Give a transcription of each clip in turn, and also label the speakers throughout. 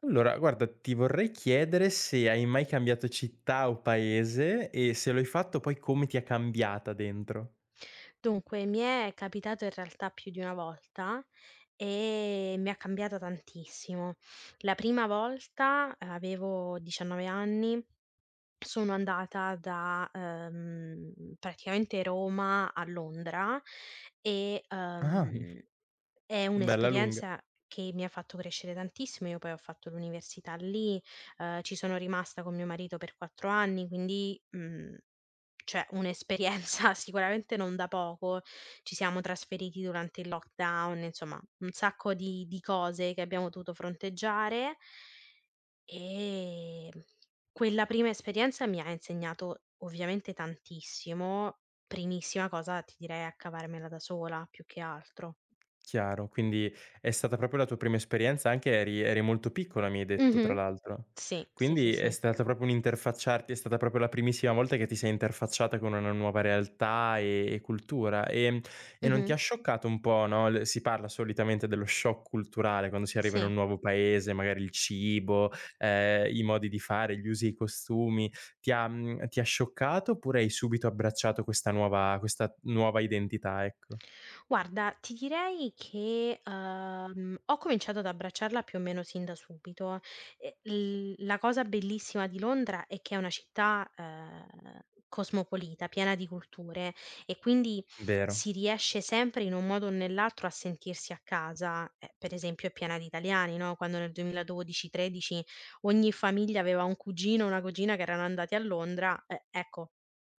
Speaker 1: Allora, guarda, ti vorrei chiedere se hai mai cambiato città o paese e se lo hai fatto poi come ti ha cambiata dentro.
Speaker 2: Dunque, mi è capitato in realtà più di una volta e mi ha cambiato tantissimo. La prima volta avevo 19 anni, sono andata da praticamente Roma a Londra e
Speaker 1: Ah.
Speaker 2: è
Speaker 1: Bella lunga.
Speaker 2: un'esperienza che mi ha fatto crescere tantissimo. Io poi ho fatto l'università lì, ci sono rimasta con mio marito per 4 anni, quindi, cioè un'esperienza sicuramente non da poco. Ci siamo trasferiti durante il lockdown, insomma un sacco di cose che abbiamo dovuto fronteggiare, ehm, quella prima esperienza mi ha insegnato ovviamente tantissimo. Primissima cosa ti direi a cavarmela da sola più che altro.
Speaker 1: Chiaro, quindi è stata proprio la tua prima esperienza, anche eri molto piccola mi hai detto tra
Speaker 2: Mh-mh.
Speaker 1: l'altro.
Speaker 2: Sì, sì, sì,
Speaker 1: Quindi è
Speaker 2: sì.
Speaker 1: stata proprio un interfacciarti è stata proprio la primissima volta che ti sei interfacciata con una nuova realtà e cultura. E non ti
Speaker 2: Mh-mh.
Speaker 1: ha scioccato un po', no, l si parla solitamente dello shock culturale quando si arriva in
Speaker 2: Sì.
Speaker 1: un nuovo paese, magari il cibo, i modi di fare, gli usi e i costumi. Ti ha ti ha scioccato oppure hai subito abbracciato questa nuova identità, ecco?
Speaker 2: Guarda, ti direi che, ho cominciato ad abbracciarla più o meno sin da subito. E l la cosa bellissima di Londra è che è una città, cosmopolita, piena di culture e quindi
Speaker 1: Vero.
Speaker 2: si riesce sempre in un modo o nell'altro a sentirsi a casa. Per esempio è piena di italiani, no, quando nel 2012, 13 ogni famiglia aveva un cugino o una cugina che erano andati a Londra, ecco,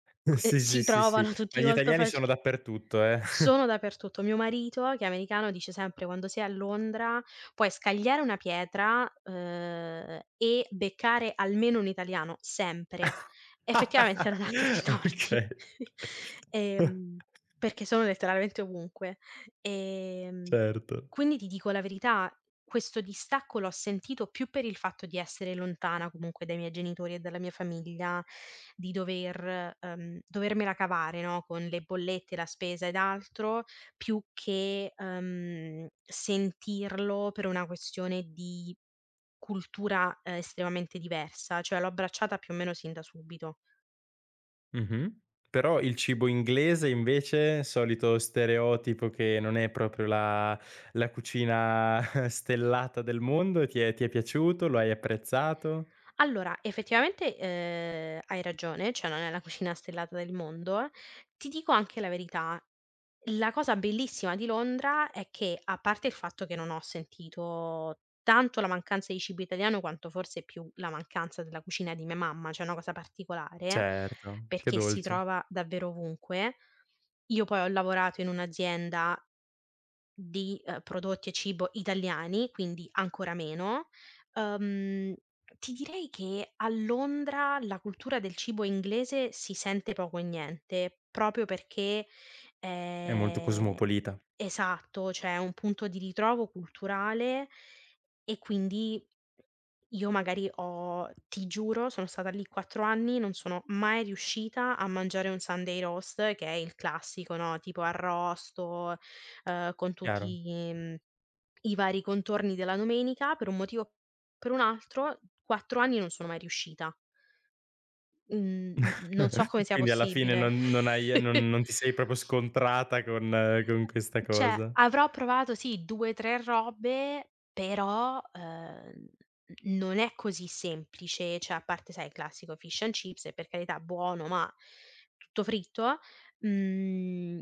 Speaker 2: c
Speaker 1: Sì,
Speaker 2: si
Speaker 1: sì, sì, sì,
Speaker 2: trovano
Speaker 1: ma
Speaker 2: tutti
Speaker 1: gli
Speaker 2: molto
Speaker 1: italiani sono
Speaker 2: facil
Speaker 1: dappertutto, eh.
Speaker 2: sono dappertutto. Mio marito, che è americano, dice sempre: "Quando sei a Londra puoi scagliare una pietra, e beccare almeno un italiano, sempre". Effettivamente non ha tutti i torti.
Speaker 1: Okay.
Speaker 2: Ehm, perché sono letteralmente ovunque. Ehm
Speaker 1: Certo.
Speaker 2: quindi ti dico la verità, questo distacco l'ho sentito più per il fatto di essere lontana comunque dai miei genitori e dalla mia famiglia, di dover, dovermela cavare, no, con le bollette, la spesa ed altro, più che, sentirlo per una questione di cultura, estremamente diversa, cioè l'ho abbracciata più o meno sin da subito.
Speaker 1: Mh-mh. Però il cibo inglese invece, solito stereotipo che non è proprio la la cucina stellata del mondo, ti è piaciuto? Lo hai apprezzato?
Speaker 2: Allora, effettivamente, hai ragione, cioè non è la cucina stellata del mondo. Ti dico anche la verità, la cosa bellissima di Londra è che, a parte il fatto che non ho sentito tanto la mancanza di cibo italiano, quanto forse più la mancanza della cucina di mia mamma, cioè è una cosa particolare,
Speaker 1: Certo, che
Speaker 2: perché si
Speaker 1: dolce.
Speaker 2: trova davvero ovunque. Io poi ho lavorato in un'azienda di, prodotti e cibo italiani, quindi ancora meno. Uhm, ti direi che a Londra la cultura del cibo inglese si sente poco e niente, proprio perché
Speaker 1: È molto
Speaker 2: ehm,
Speaker 1: cosmopolita,
Speaker 2: esatto, cioè è un punto di ritrovo culturale e quindi io magari ho ti giuro, sono stata lì 4 anni, non sono mai riuscita a mangiare un Sunday roast, che è il classico, no, tipo arrosto, con
Speaker 1: chiaro.
Speaker 2: tutti, mhmm, i vari contorni della domenica, per un motivo o per un altro, 4 anni non sono mai riuscita. Mhmm, n non so come sia
Speaker 1: Quindi alla fine
Speaker 2: possibile.
Speaker 1: non non hai non non ti sei proprio scontrata con questa
Speaker 2: Cioè,
Speaker 1: cosa.
Speaker 2: avrò provato sì 2, 3 robe, però, n non è così semplice, cioè a parte sai il classico fish and chips e per carità buono, ma tutto fritto, mhmm.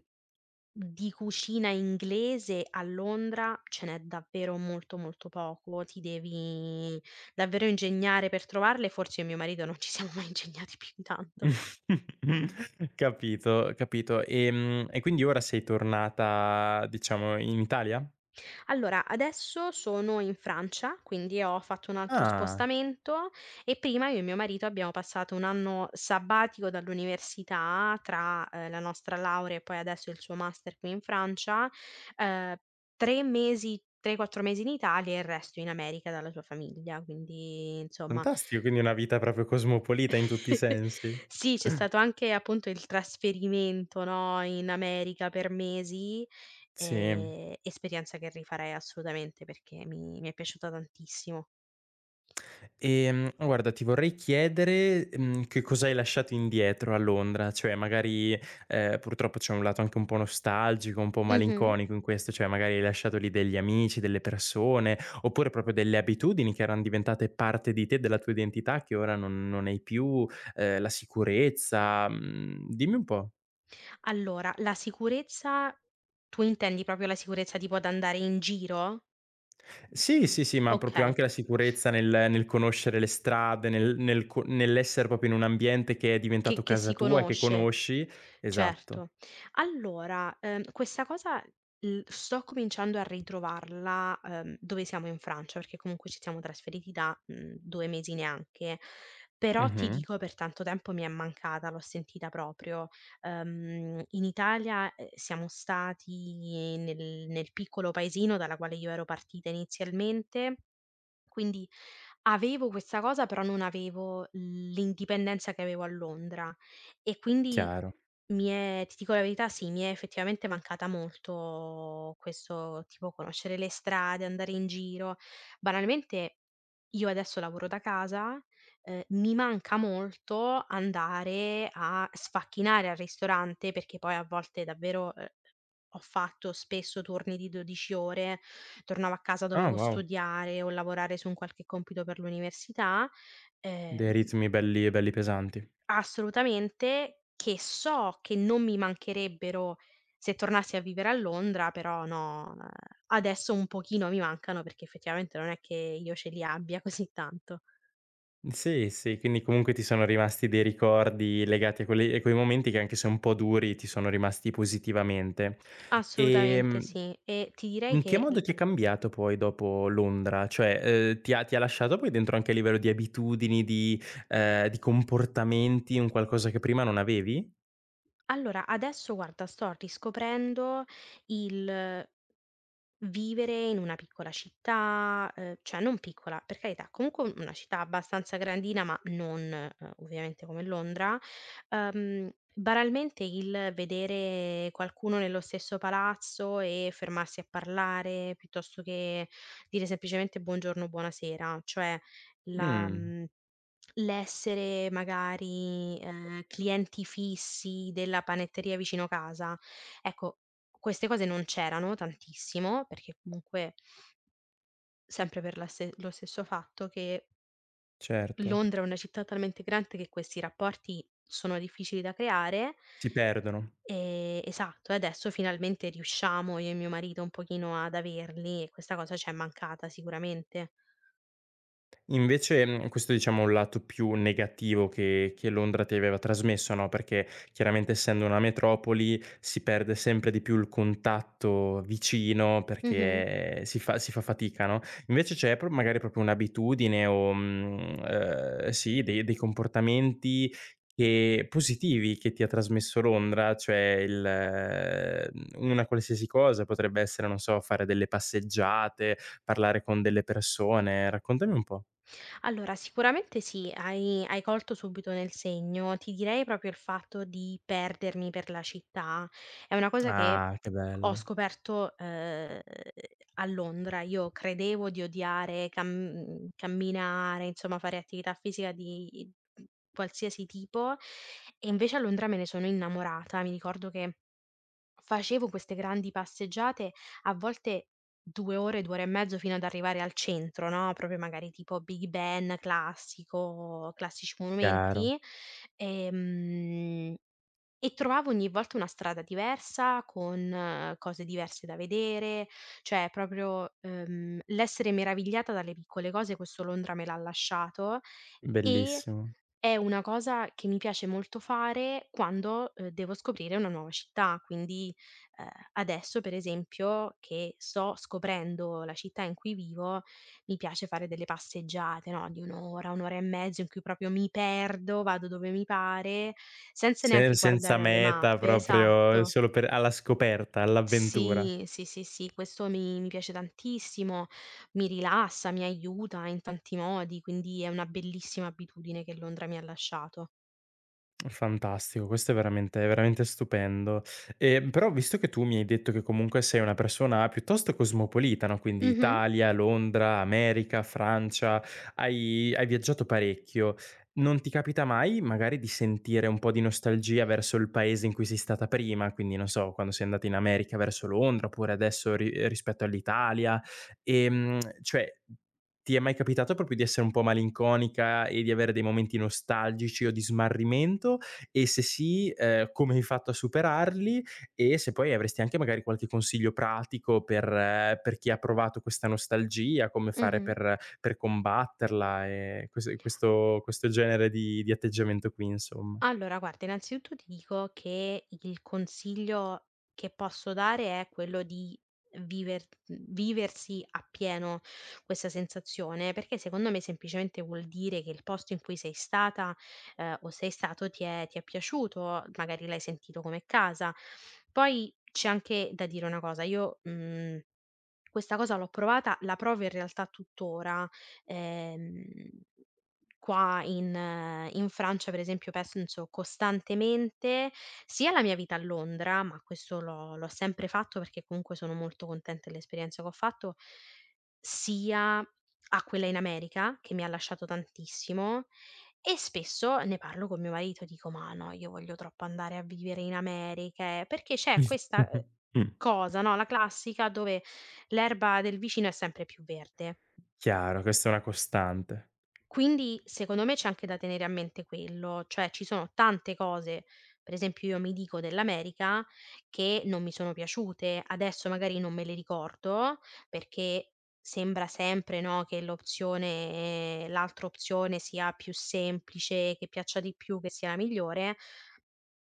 Speaker 2: Di cucina inglese a Londra ce n'è davvero molto, molto poco. Ti devi davvero ingegnare per trovarle, forse io e mio marito non ci siamo mai ingegnati più di tanto.
Speaker 1: Capito, capito. E quindi ora sei tornata, diciamo, in Italia?
Speaker 2: Allora, adesso sono in Francia, quindi ho fatto un altro
Speaker 1: Ah,
Speaker 2: spostamento e prima io e mio marito abbiamo passato un anno sabbatico dall'università tra, la nostra laurea e poi adesso il suo master qui in Francia, ehm, 3, 4 mesi in Italia e il resto in America dalla sua famiglia, quindi insomma
Speaker 1: fantastico, quindi una vita proprio cosmopolita in tutti i sensi.
Speaker 2: sì, c'è stato anche appunto il trasferimento, no, in America per mesi,
Speaker 1: Sì.
Speaker 2: esperienza che rifarei assolutamente perché mi è piaciuta tantissimo.
Speaker 1: Guarda, ti vorrei chiedere, mhmm, che cosa hai lasciato indietro a Londra, cioè magari, purtroppo c'è un lato anche un po' nostalgico, un po'
Speaker 2: Mh-mh.
Speaker 1: malinconico in questo, cioè magari hai lasciato lì degli amici, delle persone, oppure proprio delle abitudini che eran diventate parte di te, della tua identità che ora non hai più, la sicurezza, mhmm, dimmi un po'.
Speaker 2: Allora, la sicurezza tu intendi proprio la sicurezza tipo ad andare in giro?
Speaker 1: Sì, sì, sì, ma proprio
Speaker 2: Okay,
Speaker 1: anche la sicurezza nel nel conoscere le strade, nel nel co nell'essere proprio in un ambiente che è diventato
Speaker 2: che si
Speaker 1: casa tua e che
Speaker 2: conosce.
Speaker 1: conosci. Esatto.
Speaker 2: Certo. Allora, questa cosa l sto cominciando a ritrovarla, dove siamo in Francia, perché comunque ci siamo trasferiti da, mhmm, 2 mesi neanche, però ti
Speaker 1: Mh-mh.
Speaker 2: dico per tanto tempo mi è mancata, l'ho sentita proprio. In Italia, siamo stati nel piccolo paesino dalla quale io ero partita inizialmente quindi avevo questa cosa, però non avevo l'indipendenza che avevo a Londra e quindi
Speaker 1: Chiaro.
Speaker 2: mi è ti dico la verità, sì, mi è effettivamente mancata molto questo tipo conoscere le strade, andare in giro. Banalmente io adesso lavoro da casa, mi manca molto andare a sfacchinare al ristorante, perché poi a volte davvero, ho fatto spesso turni di 12 ore, tornavo a casa
Speaker 1: Ah,
Speaker 2: dovevo
Speaker 1: wow.
Speaker 2: studiare o lavorare su un qualche compito per l'università, ehm,
Speaker 1: Dei ritmi belli belli pesanti.
Speaker 2: assolutamente, che so che non mi mancherebbero se tornassi a vivere a Londra, però no, adesso un pochino mi mancano perché effettivamente non è che io ce li abbia così tanto.
Speaker 1: Sì, sì, quindi comunque ti sono rimasti dei ricordi legati a quelli a quei momenti che anche se un po' duri ti sono rimasti positivamente.
Speaker 2: Assolutamente
Speaker 1: Ehm,
Speaker 2: sì. E ti direi
Speaker 1: in che
Speaker 2: che l
Speaker 1: modo ti è cambiato poi dopo Londra? Cioè, ti ha lasciato poi dentro anche a livello di abitudini, di comportamenti, un qualcosa che prima non avevi?
Speaker 2: allora adesso guarda sto riscoprendo il vivere in una piccola città, cioè non piccola, per carità, comunque una città abbastanza grandina, ma non, ovviamente come Londra, uhm, banalmente il vedere qualcuno nello stesso palazzo e fermarsi a parlare, piuttosto che dire semplicemente buongiorno, buonasera, cioè la
Speaker 1: Mh,
Speaker 2: mhmm. L'essere magari, clienti fissi della panetteria vicino casa. Ecco, queste cose non c'erano tantissimo, perché comunque sempre per la ste lo stesso fatto che
Speaker 1: certo.
Speaker 2: Londra è una città talmente grande che questi rapporti sono difficili da creare,
Speaker 1: Si perdono.
Speaker 2: esatto, e adesso finalmente riusciamo io e mio marito un pochino ad averli e questa cosa c'è mancata sicuramente.
Speaker 1: Invece, mhmm, questo diciamo è un lato più negativo che Londra ti aveva trasmesso, no, perché chiaramente essendo una metropoli si perde sempre di più il contatto vicino
Speaker 2: Mh-mh.
Speaker 1: perché si fa fatica, no, invece c'è pro magari proprio un'abitudine o, mhmm, sì, dei dei comportamenti che positivi che ti ha trasmesso Londra, cioè il mhmm, una qualsiasi cosa, potrebbe essere, non so, fare delle passeggiate, parlare con delle persone. Raccontami un po'.
Speaker 2: Allora, sicuramente sì, hai colto subito nel segno. Ti direi proprio il fatto di perdermi per la città. È una cosa che
Speaker 1: Ah, che
Speaker 2: ho
Speaker 1: bello.
Speaker 2: scoperto, a Londra. Io credevo di odiare camminare, insomma fare attività fisica di qualsiasi tipo e invece a Londra me ne sono innamorata. Mi ricordo che facevo queste grandi passeggiate, a volte 2 ore, 2 ore e mezzo fino ad arrivare al centro, no, proprio magari tipo Big Ben classico, classici
Speaker 1: Chiaro,
Speaker 2: monumenti, ehm, e trovavo ogni volta una strada diversa, con cose diverse da vedere, cioè proprio, l'essere meravigliata dalle piccole cose, questo Londra me l'ha lasciato, e
Speaker 1: bellissimo.
Speaker 2: è una cosa che mi piace molto fare quando, devo scoprire una nuova città, quindi, ehm, adesso per esempio che sto scoprendo la città in cui vivo, mi piace fare delle passeggiate, no, di 1 ora, 1 ora e mezzo in cui proprio mi perdo, vado dove mi pare, senza
Speaker 1: Se
Speaker 2: neanche
Speaker 1: senza
Speaker 2: guardare alle
Speaker 1: meta
Speaker 2: mappe,
Speaker 1: proprio
Speaker 2: esatto.
Speaker 1: solo per alla scoperta, all'avventura.
Speaker 2: Sì, sì, sì, sì, questo mi piace tantissimo, mi rilassa, mi aiuta in tanti modi, quindi è una bellissima abitudine che Londra mi ha lasciato.
Speaker 1: Fantastico, questo è veramente stupendo. Però visto che tu mi hai detto che comunque sei una persona piuttosto cosmopolita, no, quindi
Speaker 2: Mh-mh,
Speaker 1: Italia, Londra, America, Francia, hai viaggiato parecchio, non ti capita mai magari di sentire un po' di nostalgia verso il paese in cui sei stata prima? Quindi non so, quando sei andata in America verso Londra, oppure adesso ri rispetto all'Italia, cioè ti è mai capitato proprio di essere un po' malinconica e di avere dei momenti nostalgici o di smarrimento? E se sì, come hai fatto a superarli? E se poi avresti anche magari qualche consiglio pratico per chi ha provato questa nostalgia, come fare
Speaker 2: mh-mh.
Speaker 1: per combatterla e ques questo questo genere di atteggiamento qui insomma.
Speaker 2: Allora guarda, innanzitutto ti dico che il consiglio che posso dare è quello di viversi appieno questa sensazione, perché secondo me semplicemente vuol dire che il posto in cui sei stata, o sei stato ti è piaciuto, magari l'hai sentito come casa. Poi c'è anche da dire una cosa, io, mhmm, questa cosa l'ho provata, la provo in realtà tuttora. Ehm, qua in in Francia per esempio penso costantemente sia alla mia vita a Londra, ma questo l'ho sempre fatto perché comunque sono molto contenta dell'esperienza che ho fatto, sia a quella in America che mi ha lasciato tantissimo e spesso ne parlo con mio marito, dico: "Ma no, io voglio troppo andare a vivere in America", perché c'è questa,
Speaker 1: Mh.
Speaker 2: cosa, no, la classica dove l'erba del vicino è sempre più verde.
Speaker 1: Chiaro, questa è una costante.
Speaker 2: Quindi secondo me c'è anche da tenere a mente quello, cioè ci sono tante cose, per esempio io mi dico dell'America, che non mi sono piaciute, adesso magari non me le ricordo perché sembra sempre, no, che l'altra opzione sia più semplice, che piaccia di più, che sia la migliore,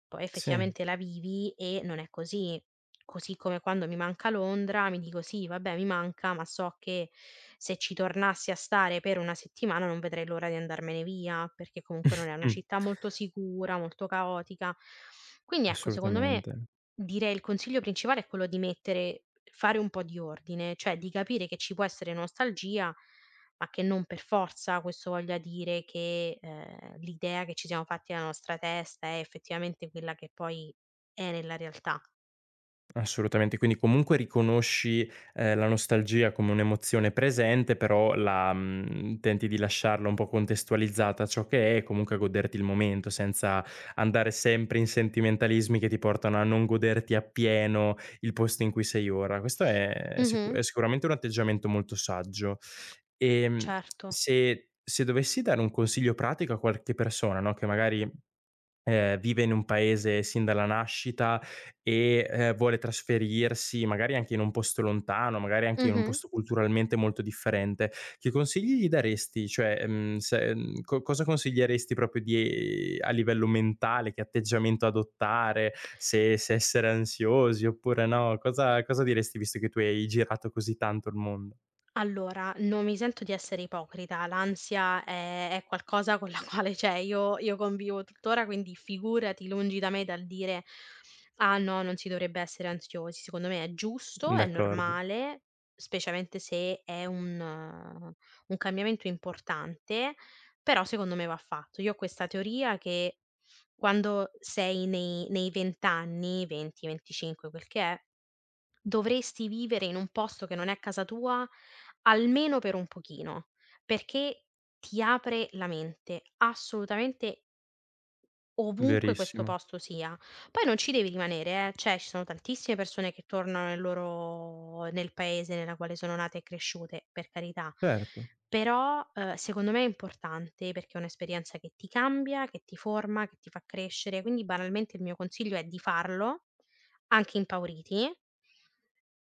Speaker 2: poi
Speaker 1: Sì.
Speaker 2: effettivamente la vivi e non è così. Così come quando mi manca Londra, mi dico: "Sì, vabbè, mi manca, ma so che se ci tornassi a stare per una settimana non vedrei l'ora di andarmene via", perché comunque non è una
Speaker 1: Mh.
Speaker 2: città molto sicura, molto caotica. Quindi ecco, secondo me
Speaker 1: Assolutamente.
Speaker 2: direi il consiglio principale è quello di mettere fare un po' di ordine, cioè di capire che ci può essere nostalgia ma che non per forza questo voglia dire che, l'idea che ci siamo fatti nella nostra testa è effettivamente quella che poi è nella realtà.
Speaker 1: Assolutamente, quindi comunque riconosci, la nostalgia come un'emozione presente, però la mhmm, tenti di lasciarla un po' contestualizzata a ciò che è e comunque goderti il momento, senza andare sempre in sentimentalismi che ti portano a non goderti appieno il posto in cui sei ora. Questo è sicu
Speaker 2: Mh-mh.
Speaker 1: è sicuramente un atteggiamento molto saggio. Ehm,
Speaker 2: Certo.
Speaker 1: se dovessi dare un consiglio pratico a qualche persona, no, che magari vive in un paese sin dalla nascita e, vuole trasferirsi magari anche in un posto lontano, magari anche in un
Speaker 2: Mh-mh.
Speaker 1: posto culturalmente molto differente, che consigli gli daresti? Cioè, mhmm, se mhmm, co cosa consiglieresti proprio di a livello mentale, che atteggiamento adottare, se essere ansiosi oppure no, cosa cosa diresti visto che tu hai girato così tanto il mondo?
Speaker 2: Allora, non mi sento di essere ipocrita, l'ansia è qualcosa con la quale, cioè, io convivo tuttora, quindi figurati, lungi da me dal dire: "Ah no, non si dovrebbe essere ansiosi." Secondo me è giusto, è
Speaker 1: D'accordo,
Speaker 2: normale, specialmente se è un cambiamento importante, però secondo me va fatto. Io ho questa teoria che quando sei nei 20 anni, 20, 25, quel che è dovresti vivere in un posto che non è casa tua, almeno per un pochino, perché ti apre la mente, assolutamente ovunque questo
Speaker 1: verissimo.
Speaker 2: posto sia. Poi non ci devi rimanere, cioè ci sono tantissime persone che tornano nel paese nella quale sono nate e cresciute, per carità.
Speaker 1: Certo.
Speaker 2: Però, secondo me è importante perché è un'esperienza che ti cambia, che ti forma, che ti fa crescere, quindi banalmente il mio consiglio è di farlo, anche impauriti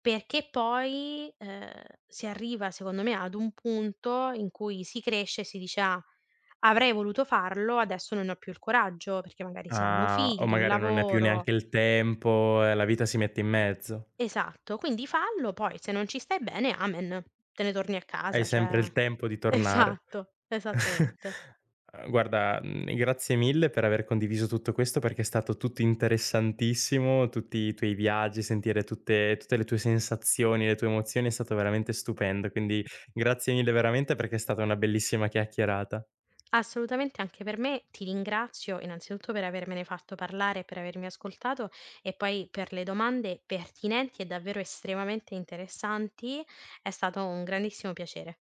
Speaker 2: perché poi, si arriva secondo me ad un punto in cui si cresce e si dice: "Ah, avrei voluto farlo, adesso non ne ho più il coraggio", perché magari si hanno
Speaker 1: Ah, o
Speaker 2: figli, un
Speaker 1: magari non ne hai più
Speaker 2: lavoro
Speaker 1: neanche il tempo e la vita si mette in mezzo.
Speaker 2: esatto, quindi fallo, poi se non ci stai bene, amen, te ne torni a
Speaker 1: Hai
Speaker 2: casa,
Speaker 1: sempre
Speaker 2: cioè
Speaker 1: il tempo di tornare.
Speaker 2: esatto, esattamente.
Speaker 1: Guarda, mhmm, grazie mille per aver condiviso tutto questo, perché è stato tutto interessantissimo, tutti i tuoi viaggi, sentire tutte tutte le tue sensazioni, le tue emozioni, è stato veramente stupendo. Quindi grazie mille veramente perché è stata una bellissima chiacchierata.
Speaker 2: Assolutamente anche per me. Ti ringrazio innanzitutto per avermene fatto parlare e per avermi ascoltato e poi per le domande pertinenti e davvero estremamente interessanti. È stato un grandissimo piacere.